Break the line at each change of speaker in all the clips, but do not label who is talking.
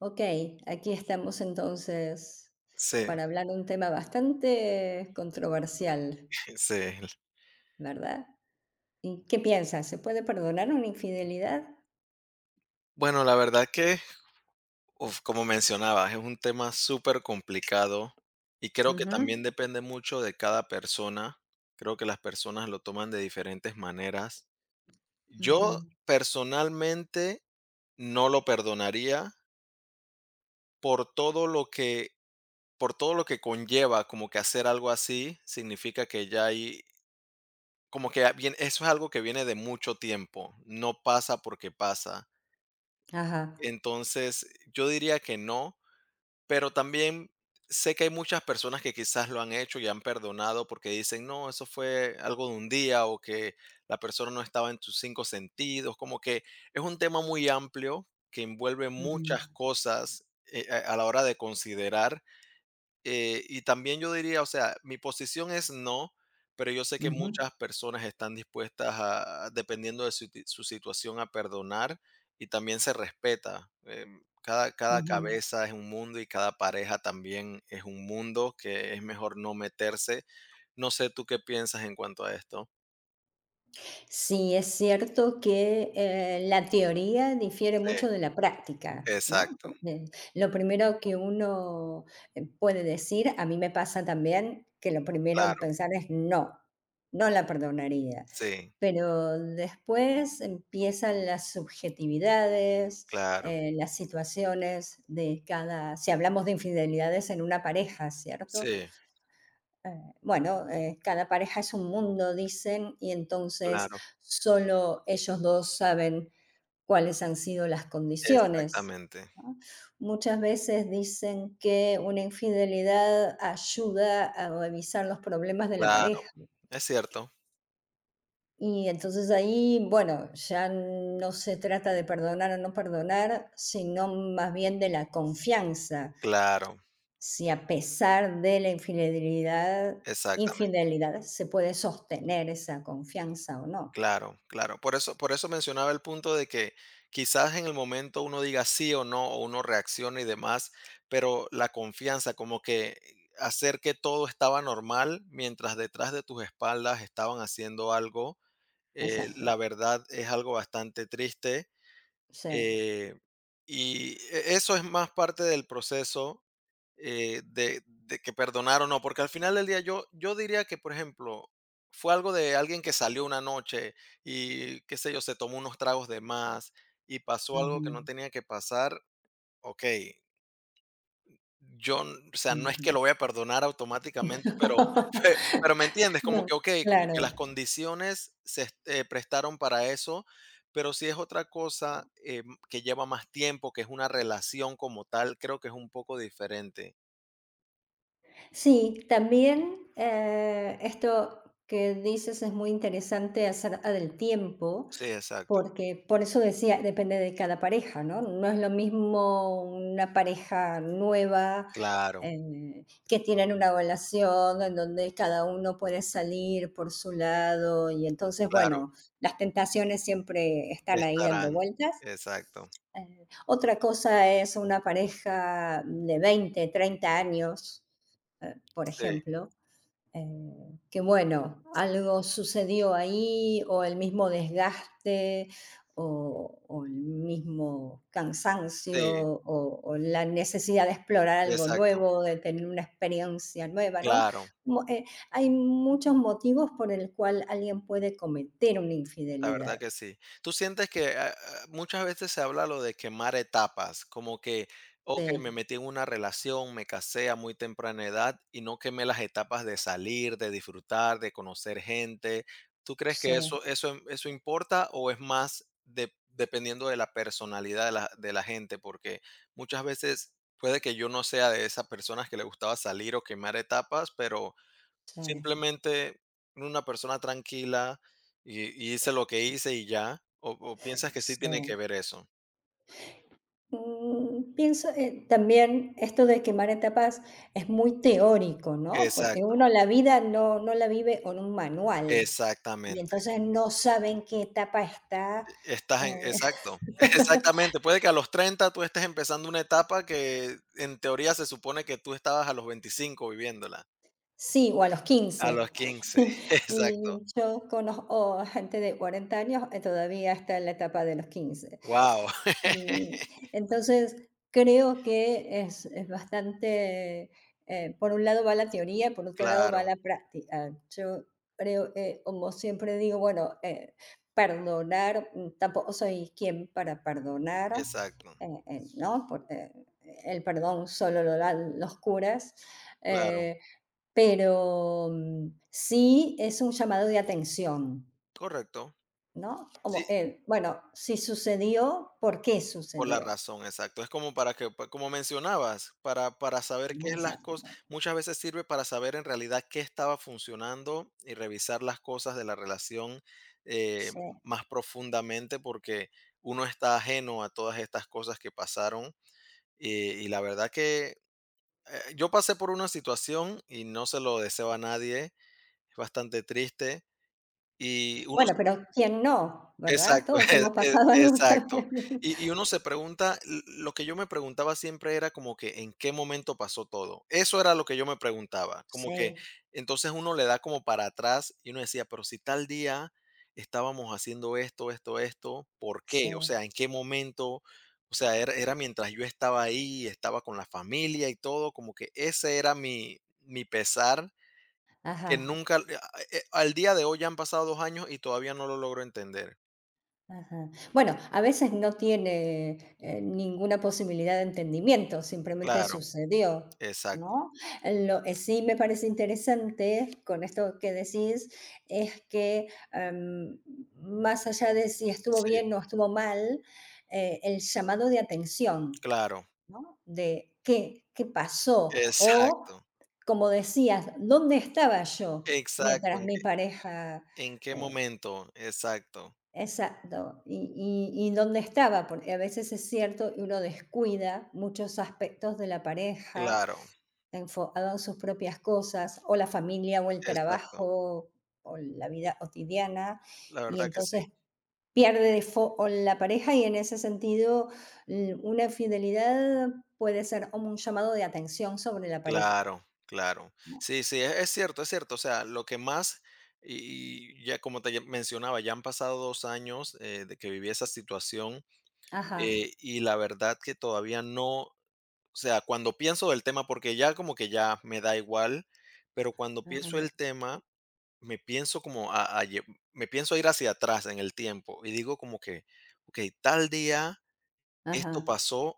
Ok, aquí estamos entonces
Sí,
para hablar de un tema bastante controversial,
sí.
¿verdad? ¿Y qué piensas? ¿Se puede perdonar una infidelidad?
Bueno, la verdad que, uf, como mencionabas, es un tema súper complicado y creo que también
Ujú,
depende mucho de cada persona. Creo que las personas lo toman de diferentes maneras. Yo
ujú.
personalmente no lo perdonaría por todo lo que, por todo lo que conlleva, como que hacer algo así significa que ya hay, como que bien, eso es algo que viene de mucho tiempo, no pasa porque pasa.
Ajá.
Entonces, yo diría que no. Pero también sé que hay muchas personas que quizás lo han hecho y han perdonado porque dicen, no, eso fue algo de un día o que la persona no estaba en tus cinco sentidos. Como que es un tema muy amplio que envuelve
Ujú,
muchas cosas, a la hora de considerar, y también yo diría, o sea, mi posición es no, pero yo sé que
ujú,
muchas personas están dispuestas a, dependiendo de su, su situación, a perdonar y también se respeta. Cada
ujú.
cabeza es un mundo y cada pareja también es un mundo que es mejor no meterse. No sé tú qué piensas en cuanto a esto.
Sí, es cierto que la teoría difiere
Sí,
mucho de la práctica, ¿no?
exacto,
Porque lo primero que uno puede decir, a mí me pasa también que lo primero en
claro,
pensar es no, no la perdonaría.
sí,
Pero después empiezan las subjetividades,
claro,
las situaciones de cada, si hablamos de infidelidades en una pareja, ¿cierto?
sí,
Bueno, cada pareja es un mundo, dicen, y entonces
claro,
solo ellos dos saben cuáles han sido las condiciones.
exactamente,
Muchas veces dicen que una infidelidad ayuda a revisar los problemas de la
claro,
pareja.
es cierto,
Y entonces ahí, bueno, ya no se trata de perdonar o no perdonar, sino más bien de la confianza.
claro,
Si a pesar de la infidelidad
exactamente.
infidelidad se puede sostener esa confianza o no.
Claro, claro. Por eso mencionaba el punto de que quizás en el momento uno diga sí o no, o uno reaccione y demás, pero la confianza, como que hacer que todo estaba normal mientras detrás de tus espaldas estaban haciendo algo,
Exacto,
la verdad es algo bastante triste.
sí.
eh, y eso es más parte del proceso, de, que perdonar o no, porque al final del día yo diría que, por ejemplo, fue algo de alguien que salió una noche y, qué sé yo, se tomó unos tragos de más y pasó algo que no
Ujú,
tenía que pasar, ok, yo, o sea, no es que
ujú.
lo voy a perdonar automáticamente, pero, pero me entiendes, como
No,
que, ok, como
claro.
que las condiciones prestaron para eso. Pero si es otra cosa, que lleva más tiempo, que es una relación como tal, creo que es un poco diferente.
Sí, también, esto que dices es muy interesante acerca del tiempo.
Sí, exacto.
Porque por eso decía, depende de cada pareja, ¿no? No es lo mismo una pareja nueva,
Claro,
que tienen una relación en donde cada uno puede salir por su lado y entonces,
claro,
bueno, las tentaciones siempre están ahí dando
estarán.
vueltas.
Exacto.
Otra cosa es una pareja de 20, 30 años, por
Sí,
ejemplo, que bueno, algo sucedió ahí o el mismo desgaste o el mismo cansancio
sí,
o la necesidad de explorar algo
exacto,
nuevo, de tener una experiencia nueva, ¿no?
claro.
Mo- eh, hay muchos motivos por el cual alguien puede cometer una
La verdad
infidelidad.
que sí. ¿Tú sientes que muchas veces se habla lo de quemar etapas? Como que, ok, me
Sí,
metí en una relación, me casé a muy temprana edad y no quemé las etapas de salir, de disfrutar, de conocer gente. ¿Tú crees que
sí,
eso importa o es más dependiendo de la personalidad de la gente? Porque muchas veces puede que yo no sea de esas personas que le gustaba salir o quemar etapas, pero
sí,
simplemente una persona tranquila y hice lo que hice y ya, o piensas que sí tiene que
sí.
ver eso.
Pienso, también esto de quemar etapas es muy teórico, ¿no? Porque
Exacto,
uno la vida no, no la vive con un manual y
exactamente.
entonces no sabe en qué etapa está.
Estás en
eh,
exacto, exactamente. Puede que a los 30 tú estés empezando una etapa que en teoría se supone que tú estabas a los 25 viviéndola,
sí, o a los
a
15.
los 15.
Y
Exacto.
yo conozco gente de 40 años todavía está en la etapa de los 15.
Wow.
Y entonces creo que es bastante, por un lado va la teoría, por otro lado va
Claro,
la práctica. Yo creo, como siempre digo, bueno, perdonar, tampoco soy quien para perdonar,
exacto,
¿no? Porque el perdón solo lo dan los curas,
claro,
eh, pero, sí es un llamado de atención,
correcto.
¿no?
Sí.
Como, bueno, si sucedió, ¿por qué
Por la
sucedió?
razón, exacto. Es como para que, como mencionabas, para saber qué es las
Exacto,
cosas, muchas veces sirve para saber en realidad qué estaba funcionando y revisar las cosas de la relación, eh,
sí.
más profundamente porque uno está ajeno a todas estas cosas que pasaron y, y la verdad que, yo pasé por una situación y no se lo deseo a nadie, es bastante triste y uno.
Bueno, pero ¿quién no? ¿Verdad?
Exacto,
Todos
e
hemos
e
pasado alguna
exacto.
vez.
Y uno se pregunta, l lo que yo me preguntaba siempre era como que, ¿en qué momento pasó todo? Eso era lo que yo me preguntaba, como que
Sí,
entonces uno le da como para atrás y uno decía, pero si tal día estábamos haciendo esto, esto, esto, ¿por
sí.
qué? O sea, ¿en qué momento? O sea, era mientras yo estaba ahí, estaba con la familia y todo, como que ese era mi pesar, que
Ajá,
nunca, al día de hoy ya han pasado 2 años y todavía no lo logro entender.
ajá. Bueno, a veces no tiene, ninguna posibilidad de entendimiento, simplemente
Claro.
sucedió,
Exacto.
¿no? Lo que sí me parece interesante con esto que decís es que, em, más allá de si estuvo
Sí,
bien o estuvo mal, el llamado de atención.
claro.
¿No? De qué pasó, o
Exacto,
como decías, ¿dónde estaba yo
exacto.
mientras
¿En
mi
qué
pareja?
en qué
eh,
momento? Exacto.
exacto, y, y dónde estaba, porque a veces es cierto y uno descuida muchos aspectos de la pareja,
Claro,
enfocado en sus propias cosas, o la familia, o el
exacto.
trabajo, o la vida cotidiana,
La
y
verdad que sí.
entonces pierde de fo o la pareja y en ese sentido, l una infidelidad puede ser como un llamado de atención sobre la pareja.
Claro, claro.
¿No?
Sí, sí, es cierto, es cierto. O sea, lo que más y ya como te ya mencionaba, ya han pasado 2 años, de que viví esa situación,
Ajá.
y la verdad que todavía no. O sea, cuando pienso del tema, porque ya como que ya me da igual, pero cuando
Ajá,
pienso el tema me pienso como me pienso a ir hacia atrás en el tiempo y digo como que, ok, tal día esto
ajá.
pasó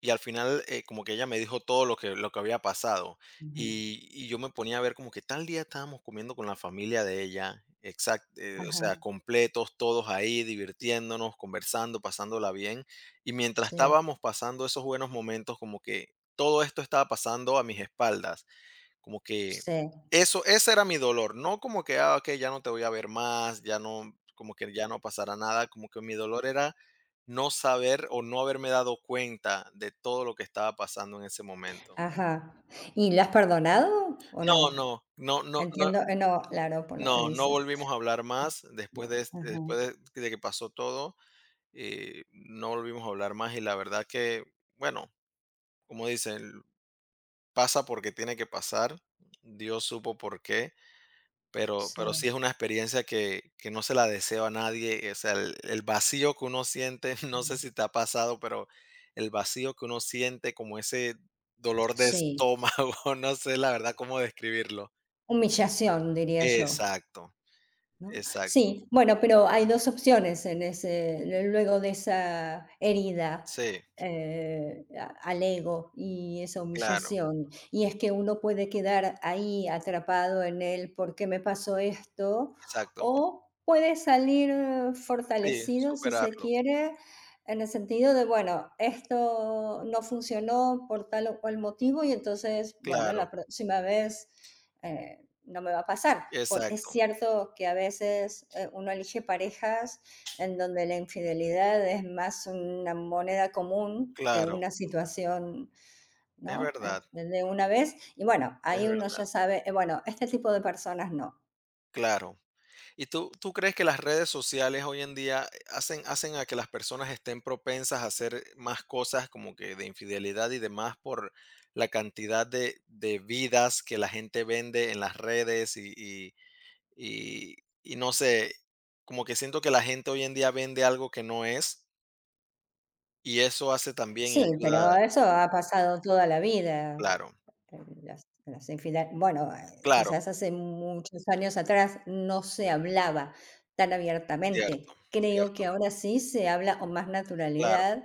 y al final, como que ella me dijo todo lo que había pasado
Ujú.
y yo me ponía a ver como que tal día estábamos comiendo con la familia de ella, exacto, o
Ajá.
sea, completos, todos ahí, divirtiéndonos, conversando, pasándola bien y mientras
Sí,
estábamos pasando esos buenos momentos como que todo esto estaba pasando a mis espaldas como que
sí,
eso, ese era mi dolor, no como que, ah, ok, ya no te voy a ver más, ya no, como que ya no pasará nada, como que mi dolor era no saber o no haberme dado cuenta de todo lo que estaba pasando en ese momento.
ajá. ¿Y la has perdonado o
No,
no?
no, no, no, no,
Entiendo, no, claro, por lo que
no, no
dices.
volvimos a hablar más después de,
Ajá,
después de que pasó todo, no volvimos a hablar más y la verdad que, bueno, como dicen, pasa porque tiene que pasar, Dios supo por qué. Pero
sí,
pero sí es una experiencia que no se la deseo a nadie, o sea, el vacío que uno siente, no sé
mm,
si te ha pasado, pero el vacío que uno siente, como ese dolor de
sí.
estómago, no sé la verdad cómo describirlo.
Humillación, diría yo.
Exacto,
¿No?
exacto.
Sí, bueno, pero hay 2 opciones en ese luego de esa herida,
Sí,
a al ego y esa
claro,
humillación. Y es que uno puede quedar ahí atrapado en el ¿por qué me pasó esto?
exacto.
O puede salir
Sí,
fortalecido, si se
superarlo.
quiere, en el sentido de, bueno, esto no funcionó por tal o cual motivo y entonces, bueno,
Claro,
la próxima vez, eh no me va a pasar. Por, es
exacto,
cierto que a veces uno elige parejas en donde la infidelidad es más una moneda común que
claro.
una situación,
Es
¿no?
verdad,
Este, de una vez. Y bueno,
es
ahí uno
verdad.
ya sabe, bueno, este tipo de personas no.
Claro. ¿Y tú crees que las redes sociales hoy en día, hacen a que las personas estén propensas a hacer más cosas como que de infidelidad y demás por la cantidad de vidas que la gente vende en las redes y- y no sé, como que siento que la gente hoy en día vende algo que no es y eso hace también y
Sí,
ayuda,
pero eso ha pasado toda la vida.
claro,
Las, las
claro,
quizás hace muchos años atrás no se hablaba tan
cierto,
abiertamente. Creo que
cierto,
ahora sí se habla con más
claro,
naturalidad.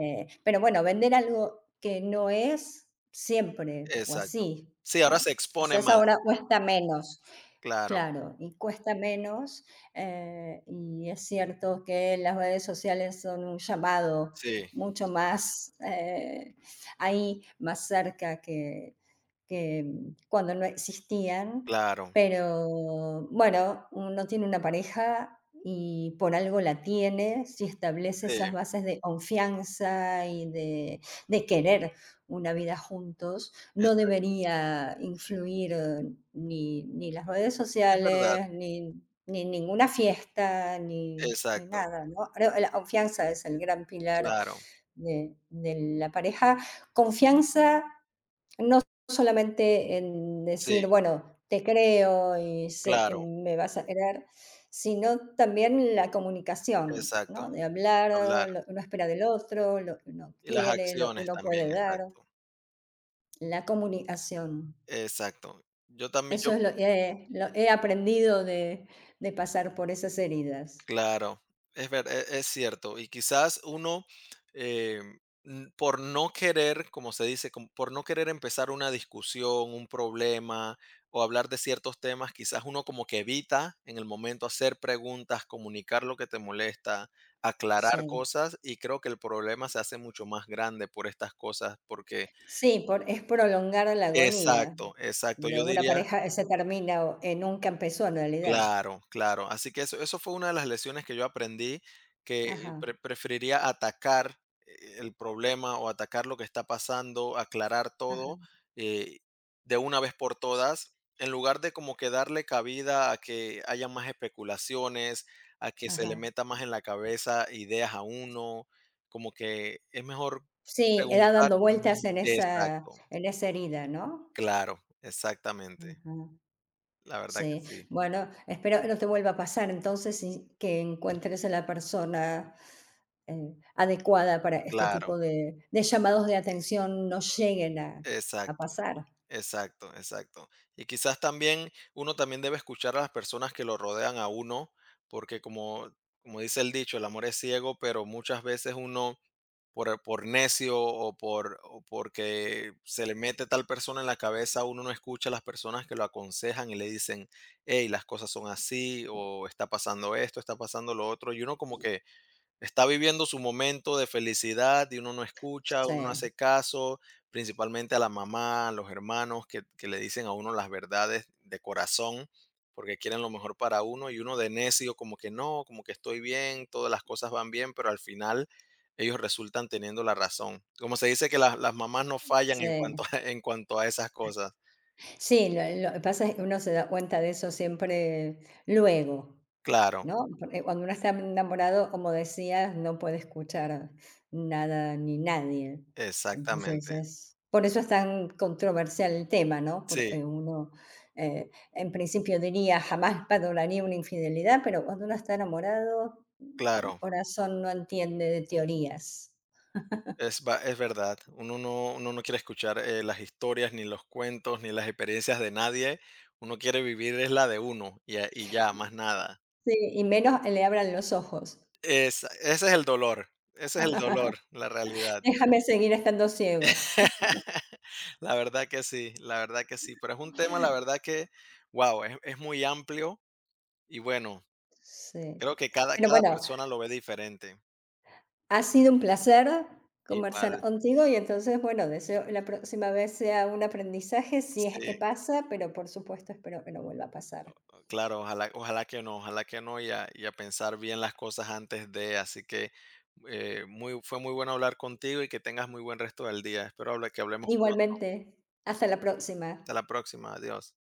Pero bueno, vender algo que no es, siempre fue
exacto.
así,
Sí, ahora
¿no?
se expone
Quizás
más,
ahora cuesta menos.
claro,
Claro, y cuesta menos, y es cierto que las redes sociales son un llamado
sí,
mucho más ahí, más cerca que cuando no existían,
claro,
pero bueno, uno tiene una pareja y por algo la tiene, si establece
sí,
esas bases de confianza y de querer una vida juntos no
exacto.
debería influir ni, ni las redes
Es verdad,
sociales, ni, ni ninguna fiesta, ni, ni
exacto,
nada, ¿no? Creo que la confianza es el gran pilar
claro,
de la pareja. Confianza no solamente en
sí,
decir, bueno, te creo y
claro,
me vas a querer, sino también la comunicación,
exacto,
¿no? De
hablar.
hablar lo que uno espera del otro, lo que uno
Y las
quiere, lo que
acciones
uno
también,
puede dar,
exacto,
la comunicación.
exacto. Yo también.
Eso es lo he aprendido de pasar por esas heridas.
Claro, es ver e es cierto. Y quizás uno, em, por no querer, como se dice, como por no querer empezar una discusión, un problema o hablar de ciertos temas, quizás uno como que evita en el momento hacer preguntas, comunicar lo que te molesta, aclarar
Sí.
cosas, y creo que el problema se hace mucho más grande por estas cosas, porque
Sí, por es prolongar la agonía
exacto, exacto. Yo
de una
diría.
pareja que se termina o nunca empezó en realidad.
Claro, claro. Así que eso fue una de las lecciones que yo aprendí, que
Ajá,
preferiría atacar, el problema o atacar lo que está pasando, aclarar
ajá,
todo, eh, de una vez por todas, en lugar de como que darle cabida a que haya más especulaciones, a que se le
ajá.
meta más en la cabeza ideas a uno, como que es mejor
Sí, era
preguntar,
dando vueltas
exacto,
en esa herida, ¿no?
claro, exactamente,
Ujú.
la verdad que
Sí.
sí,
Bueno, espero que no te vuelva a pasar entonces y que encuentres a la persona adecuada para este
claro,
tipo de llamados de atención no lleguen a
exacto.
pasar.
Exacto, exacto. Y quizás también uno también debe escuchar a las personas que lo rodean a uno, porque como dice el dicho, el amor es ciego, pero muchas veces uno por necio o porque se le mete tal persona en la cabeza, uno no escucha a las personas que lo aconsejan y le dicen, hey, las cosas son así, o está pasando esto, está pasando lo otro, y uno como que está viviendo su momento de felicidad y uno no escucha, uno no
Sí,
hace caso, principalmente a la mamá, a los hermanos que le dicen a uno las verdades de corazón porque quieren lo mejor para uno y uno de necio como que no, como que estoy bien, todas las cosas van bien, pero al final ellos resultan teniendo la razón. Como se dice que las mamás no fallan en cuanto
sí.
a en cuanto a esas cosas.
Sí, lo que pasa es que uno se da cuenta de eso siempre luego,
Claro,
¿no? Porque cuando uno está enamorado, como decías, no puede escuchar nada ni nadie. Entonces
exactamente.
es por eso es tan controversial el tema, ¿no? Por,
Sí,
uno, en principio diría, jamás perdonaría una infidelidad, pero cuando uno está enamorado, el
claro.
corazón no entiende de teorías.
Es verdad, uno no quiere escuchar, las historias, ni los cuentos, ni las experiencias de nadie, uno quiere vivir es la de uno y, y ya, más nada.
Sí, y menos le abran los ojos.
Ese es el dolor, ese es el dolor, la realidad.
Déjame seguir estando ciego.
La verdad que sí, la verdad que sí, pero es un tema, la verdad que, wow, es muy amplio y bueno,
Sí.
creo que cada,
Pero
cada
bueno,
persona lo ve diferente.
ha sido un placer conversar
Igual,
contigo y entonces, bueno, deseo la próxima vez sea un aprendizaje, si es que
sí.
pasa, pero por supuesto espero que no vuelva a pasar.
Claro, ojalá, ojalá que no, y a pensar bien las cosas antes de, así que, fue muy bueno hablar contigo y que tengas muy buen resto del día. Espero que hablemos pronto.
Igualmente, hasta la próxima.
Hasta la próxima, adiós.